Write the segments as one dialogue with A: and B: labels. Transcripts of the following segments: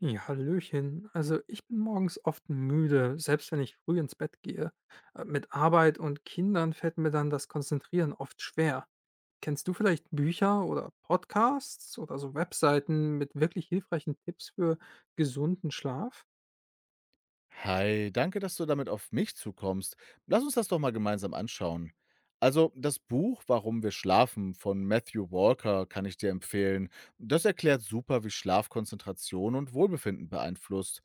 A: Ja, hallöchen. Also ich bin morgens oft müde, selbst wenn ich früh ins Bett gehe. Mit Arbeit und Kindern fällt mir dann das Konzentrieren oft schwer. Kennst du vielleicht Bücher oder Podcasts oder so Webseiten mit wirklich hilfreichen Tipps für gesunden Schlaf?
B: Hi, danke, dass du damit auf mich zukommst. Lass uns das doch mal gemeinsam anschauen. Also, das Buch Warum wir schlafen von Matthew Walker kann ich dir empfehlen. Das erklärt super, wie Schlaf Konzentration und Wohlbefinden beeinflusst.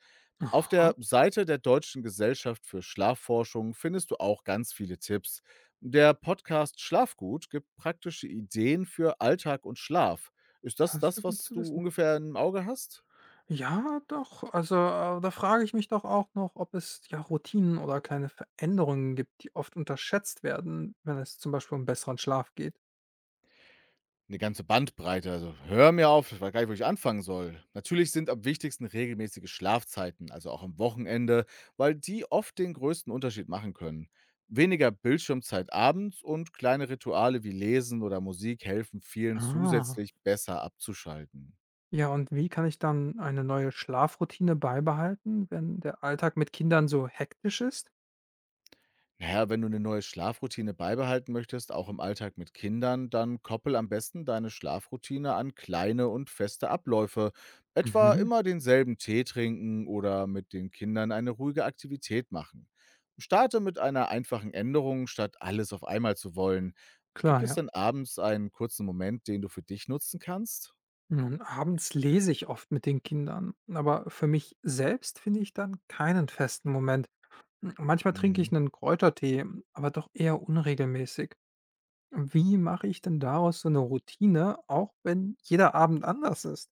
B: Auf
A: Aha,
B: der Seite der Deutschen Gesellschaft für Schlafforschung findest du auch ganz viele Tipps. Der Podcast Schlafgut gibt praktische Ideen für Alltag und Schlaf. Ist das
A: das ist ja
B: das,
A: gut
B: was
A: zu
B: du
A: wissen.
B: ungefähr im Auge hast?
A: Ja, doch. Also da frage ich mich doch auch noch, ob es ja Routinen oder kleine Veränderungen gibt, die oft unterschätzt werden, wenn es zum Beispiel um besseren Schlaf geht.
B: Eine ganze Bandbreite, also hör mir auf, ich weiß gar nicht, wo ich anfangen soll. Natürlich sind am wichtigsten regelmäßige Schlafzeiten, also auch am Wochenende, weil die oft den größten Unterschied machen können. Weniger Bildschirmzeit abends und kleine Rituale wie Lesen oder Musik helfen vielen
A: Ah,
B: zusätzlich besser abzuschalten.
A: ja, und wie kann ich dann eine neue Schlafroutine beibehalten, wenn der Alltag mit Kindern so hektisch ist?
B: Naja, wenn du eine neue Schlafroutine beibehalten möchtest, auch im Alltag mit Kindern, dann koppel am besten deine Schlafroutine an kleine und feste Abläufe. Etwa
A: Mhm.
B: immer denselben Tee trinken oder mit den Kindern eine ruhige Aktivität machen. Starte mit einer einfachen Änderung, statt alles auf einmal zu wollen. Gibt
A: Klar,
B: es
A: ja.
B: denn abends einen kurzen Moment, den du für dich nutzen kannst?
A: Nun, abends lese ich oft mit den Kindern, aber für mich selbst finde ich dann keinen festen Moment. Manchmal trinke
B: Mhm.
A: ich einen Kräutertee, aber doch eher unregelmäßig. Wie mache ich denn daraus so eine Routine, auch wenn jeder Abend anders ist?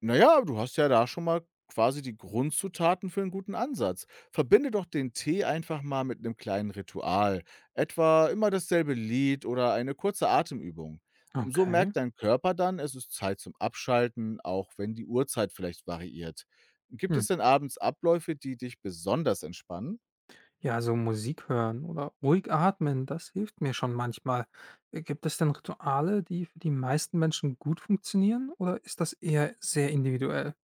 B: Na ja, du hast ja da schon mal quasi die Grundzutaten für einen guten Ansatz. Verbinde doch den Tee einfach mal mit einem kleinen Ritual, etwa immer dasselbe Lied oder eine kurze Atemübung. So
A: Okay.
B: merkt dein Körper dann, es ist Zeit zum Abschalten, auch wenn die Uhrzeit vielleicht variiert. Gibt
A: Hm.
B: es denn abends Abläufe, die dich besonders entspannen?
A: Ja, so Musik hören oder ruhig atmen, das hilft mir schon manchmal. Gibt es denn Rituale, die für die meisten Menschen gut funktionieren oder ist das eher sehr individuell?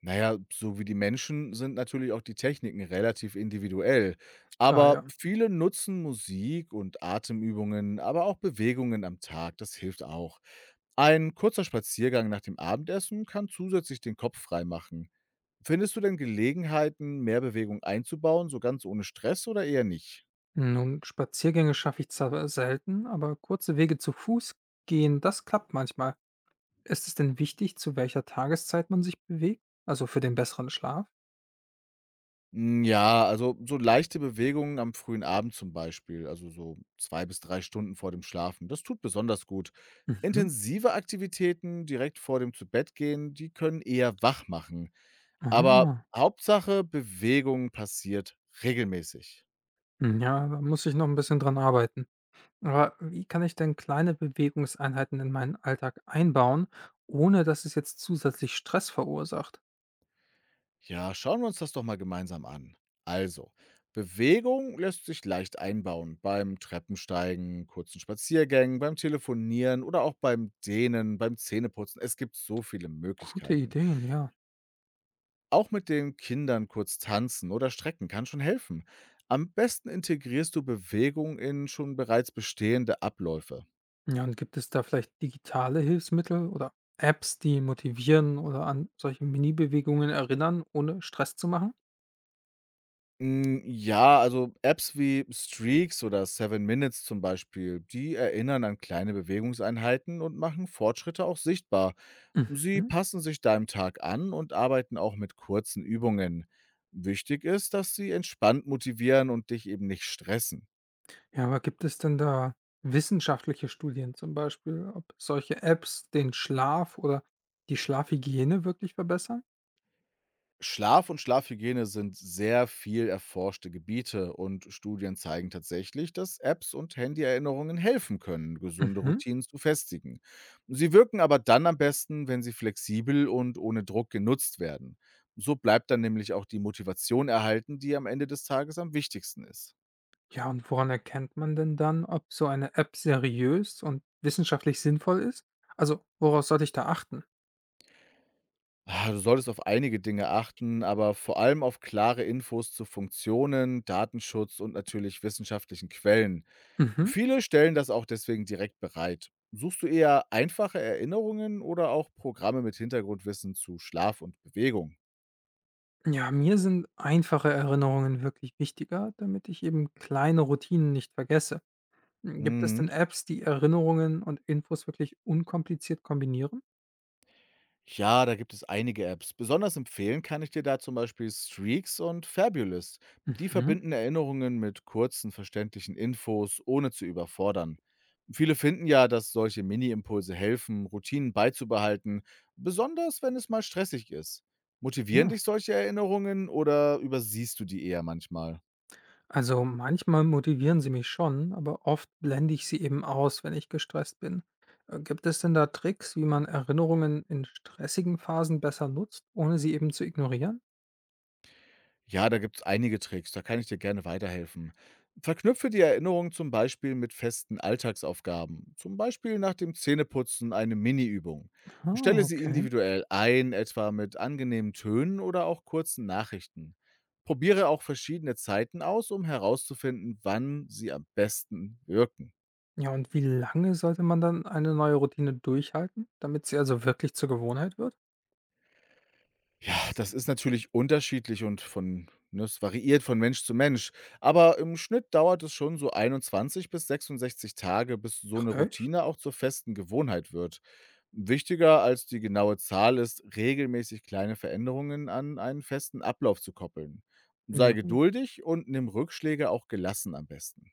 B: Na ja, so wie die Menschen sind natürlich auch die Techniken relativ individuell.
A: Ja,
B: Aber
A: ja.
B: viele nutzen Musik und Atemübungen, aber auch Bewegungen am Tag. Das hilft auch. Ein kurzer Spaziergang nach dem Abendessen kann zusätzlich den Kopf frei machen. Findest du denn Gelegenheiten, mehr Bewegung einzubauen, so ganz ohne Stress oder eher nicht?
A: Nun, Spaziergänge schaffe ich zwar selten, aber kurze Wege zu Fuß gehen, das klappt manchmal. Ist es denn wichtig, zu welcher Tageszeit man sich bewegt? Also für den besseren Schlaf?
B: Hm, ja, also so leichte Bewegungen am frühen Abend zum Beispiel, also so 2 bis 3 Stunden vor dem Schlafen, das tut besonders gut.
A: Mhm.
B: Intensive Aktivitäten direkt vor dem Zubettgehen, die können eher wach machen. Aber
A: Ah,
B: Hauptsache, Bewegung passiert regelmäßig.
A: ja, da muss ich noch ein bisschen dran arbeiten. Aber wie kann ich denn kleine Bewegungseinheiten in meinen Alltag einbauen, ohne dass es jetzt zusätzlich Stress verursacht?
B: Ja, schauen wir uns das doch mal gemeinsam an. Also, Bewegung lässt sich leicht einbauen beim Treppensteigen, kurzen Spaziergängen, beim Telefonieren oder auch beim Dehnen, beim Zähneputzen. Es gibt so viele
A: Gute
B: Möglichkeiten.
A: Ideen, ja.
B: Auch mit den Kindern kurz tanzen oder strecken kann schon helfen. Am besten integrierst du Bewegung in schon bereits bestehende Abläufe.
A: Ja, und gibt es da vielleicht digitale Hilfsmittel oder Apps, die motivieren oder an solche Mini-Bewegungen erinnern, ohne Stress zu machen?
B: Hm, ja, also Apps wie Streaks oder Seven Minutes zum Beispiel, die erinnern an kleine Bewegungseinheiten und machen Fortschritte auch sichtbar. Sie
A: Mhm.
B: passen sich deinem Tag an und arbeiten auch mit kurzen Übungen. Wichtig ist, dass sie entspannt motivieren und dich eben nicht stressen.
A: Ja, aber gibt es denn da wissenschaftliche Studien zum Beispiel, ob solche Apps den Schlaf oder die Schlafhygiene wirklich verbessern?
B: Schlaf und Schlafhygiene sind sehr viel erforschte Gebiete und Studien zeigen tatsächlich, dass Apps und Handyerinnerungen helfen können, gesunde
A: Mhm.
B: Routinen zu festigen. Sie wirken aber dann am besten, wenn sie flexibel und ohne Druck genutzt werden. So bleibt dann nämlich auch die Motivation erhalten, die am Ende des Tages am wichtigsten ist.
A: Ja, und woran erkennt man denn dann, ob so eine App seriös und wissenschaftlich sinnvoll ist? Also, woraus sollte ich da achten?
B: Du solltest auf einige Dinge achten, aber vor allem auf klare Infos zu Funktionen, Datenschutz und natürlich wissenschaftlichen Quellen.
A: Mhm.
B: Viele stellen das auch deswegen direkt bereit. Suchst du eher einfache Erinnerungen oder auch Programme mit Hintergrundwissen zu Schlaf und Bewegung?
A: Ja, mir sind einfache Erinnerungen wirklich wichtiger, damit ich eben kleine Routinen nicht vergesse. Gibt es denn
B: Mhm.
A: Apps, die Erinnerungen und Infos wirklich unkompliziert kombinieren?
B: Ja, da gibt es einige Apps. Besonders empfehlen kann ich dir da zum Beispiel Streaks und Fabulous. Die
A: Mhm.
B: verbinden Erinnerungen mit kurzen, verständlichen Infos, ohne zu überfordern. Viele finden ja, dass solche Mini-Impulse helfen, Routinen beizubehalten, besonders wenn es mal stressig ist. Motivieren
A: Ja.
B: dich solche Erinnerungen oder übersiehst du die eher manchmal?
A: Also manchmal motivieren sie mich schon, aber oft blende ich sie eben aus, wenn ich gestresst bin. Gibt es denn da Tricks, wie man Erinnerungen in stressigen Phasen besser nutzt, ohne sie eben zu ignorieren?
B: Ja, da gibt es einige Tricks, da kann ich dir gerne weiterhelfen. Verknüpfe die Erinnerung zum Beispiel mit festen Alltagsaufgaben, zum Beispiel nach dem Zähneputzen eine Mini-Übung.
A: Ah,
B: Stelle sie
A: okay.
B: individuell ein, etwa mit angenehmen Tönen oder auch kurzen Nachrichten. Probiere auch verschiedene Zeiten aus, um herauszufinden, wann sie am besten wirken.
A: Ja, und wie lange sollte man dann eine neue Routine durchhalten, damit sie also wirklich zur Gewohnheit wird?
B: Ja, das ist natürlich unterschiedlich und es variiert von Mensch zu Mensch. Aber im Schnitt dauert es schon so 21 bis 66 Tage, bis so
A: Ach,
B: eine
A: echt?
B: Routine auch zur festen Gewohnheit wird. Wichtiger als die genaue Zahl ist, regelmäßig kleine Veränderungen an einen festen Ablauf zu koppeln. Sei
A: Ja, gut.
B: geduldig und nimm Rückschläge auch gelassen am besten.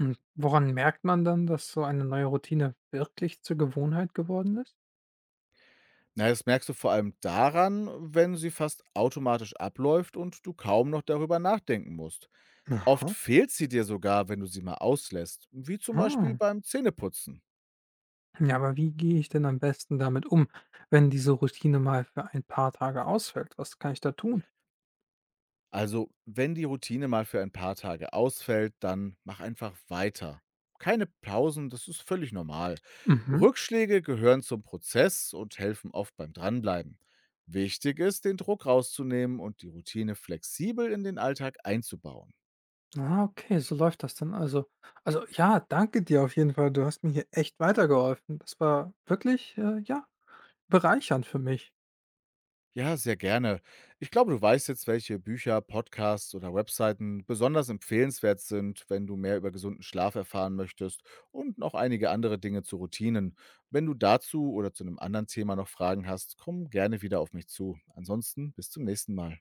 A: Und woran merkt man dann, dass so eine neue Routine wirklich zur Gewohnheit geworden ist?
B: Na ja, das merkst du vor allem daran, wenn sie fast automatisch abläuft und du kaum noch darüber nachdenken musst. Oft
A: Aha.
B: fehlt sie dir sogar, wenn du sie mal auslässt, wie zum Beispiel
A: Ah,
B: beim Zähneputzen.
A: ja, aber wie gehe ich denn am besten damit um, wenn diese Routine mal für ein paar Tage ausfällt? Was kann ich da tun?
B: Also, wenn die Routine mal für ein paar Tage ausfällt, dann mach einfach weiter. Keine Pausen, das ist völlig normal.
A: Mhm.
B: Rückschläge gehören zum Prozess und helfen oft beim Dranbleiben. Wichtig ist, den Druck rauszunehmen und die Routine flexibel in den Alltag einzubauen.
A: Ah, okay, so läuft das dann also. Also ja, danke dir auf jeden Fall. Du hast mir hier echt weitergeholfen. Das war wirklich, ja, bereichernd für mich.
B: Ja, sehr gerne. Ich glaube, du weißt jetzt, welche Bücher, Podcasts oder Webseiten besonders empfehlenswert sind, wenn du mehr über gesunden Schlaf erfahren möchtest und noch einige andere Dinge zu Routinen. Wenn du dazu oder zu einem anderen Thema noch Fragen hast, komm gerne wieder auf mich zu. Ansonsten bis zum nächsten Mal.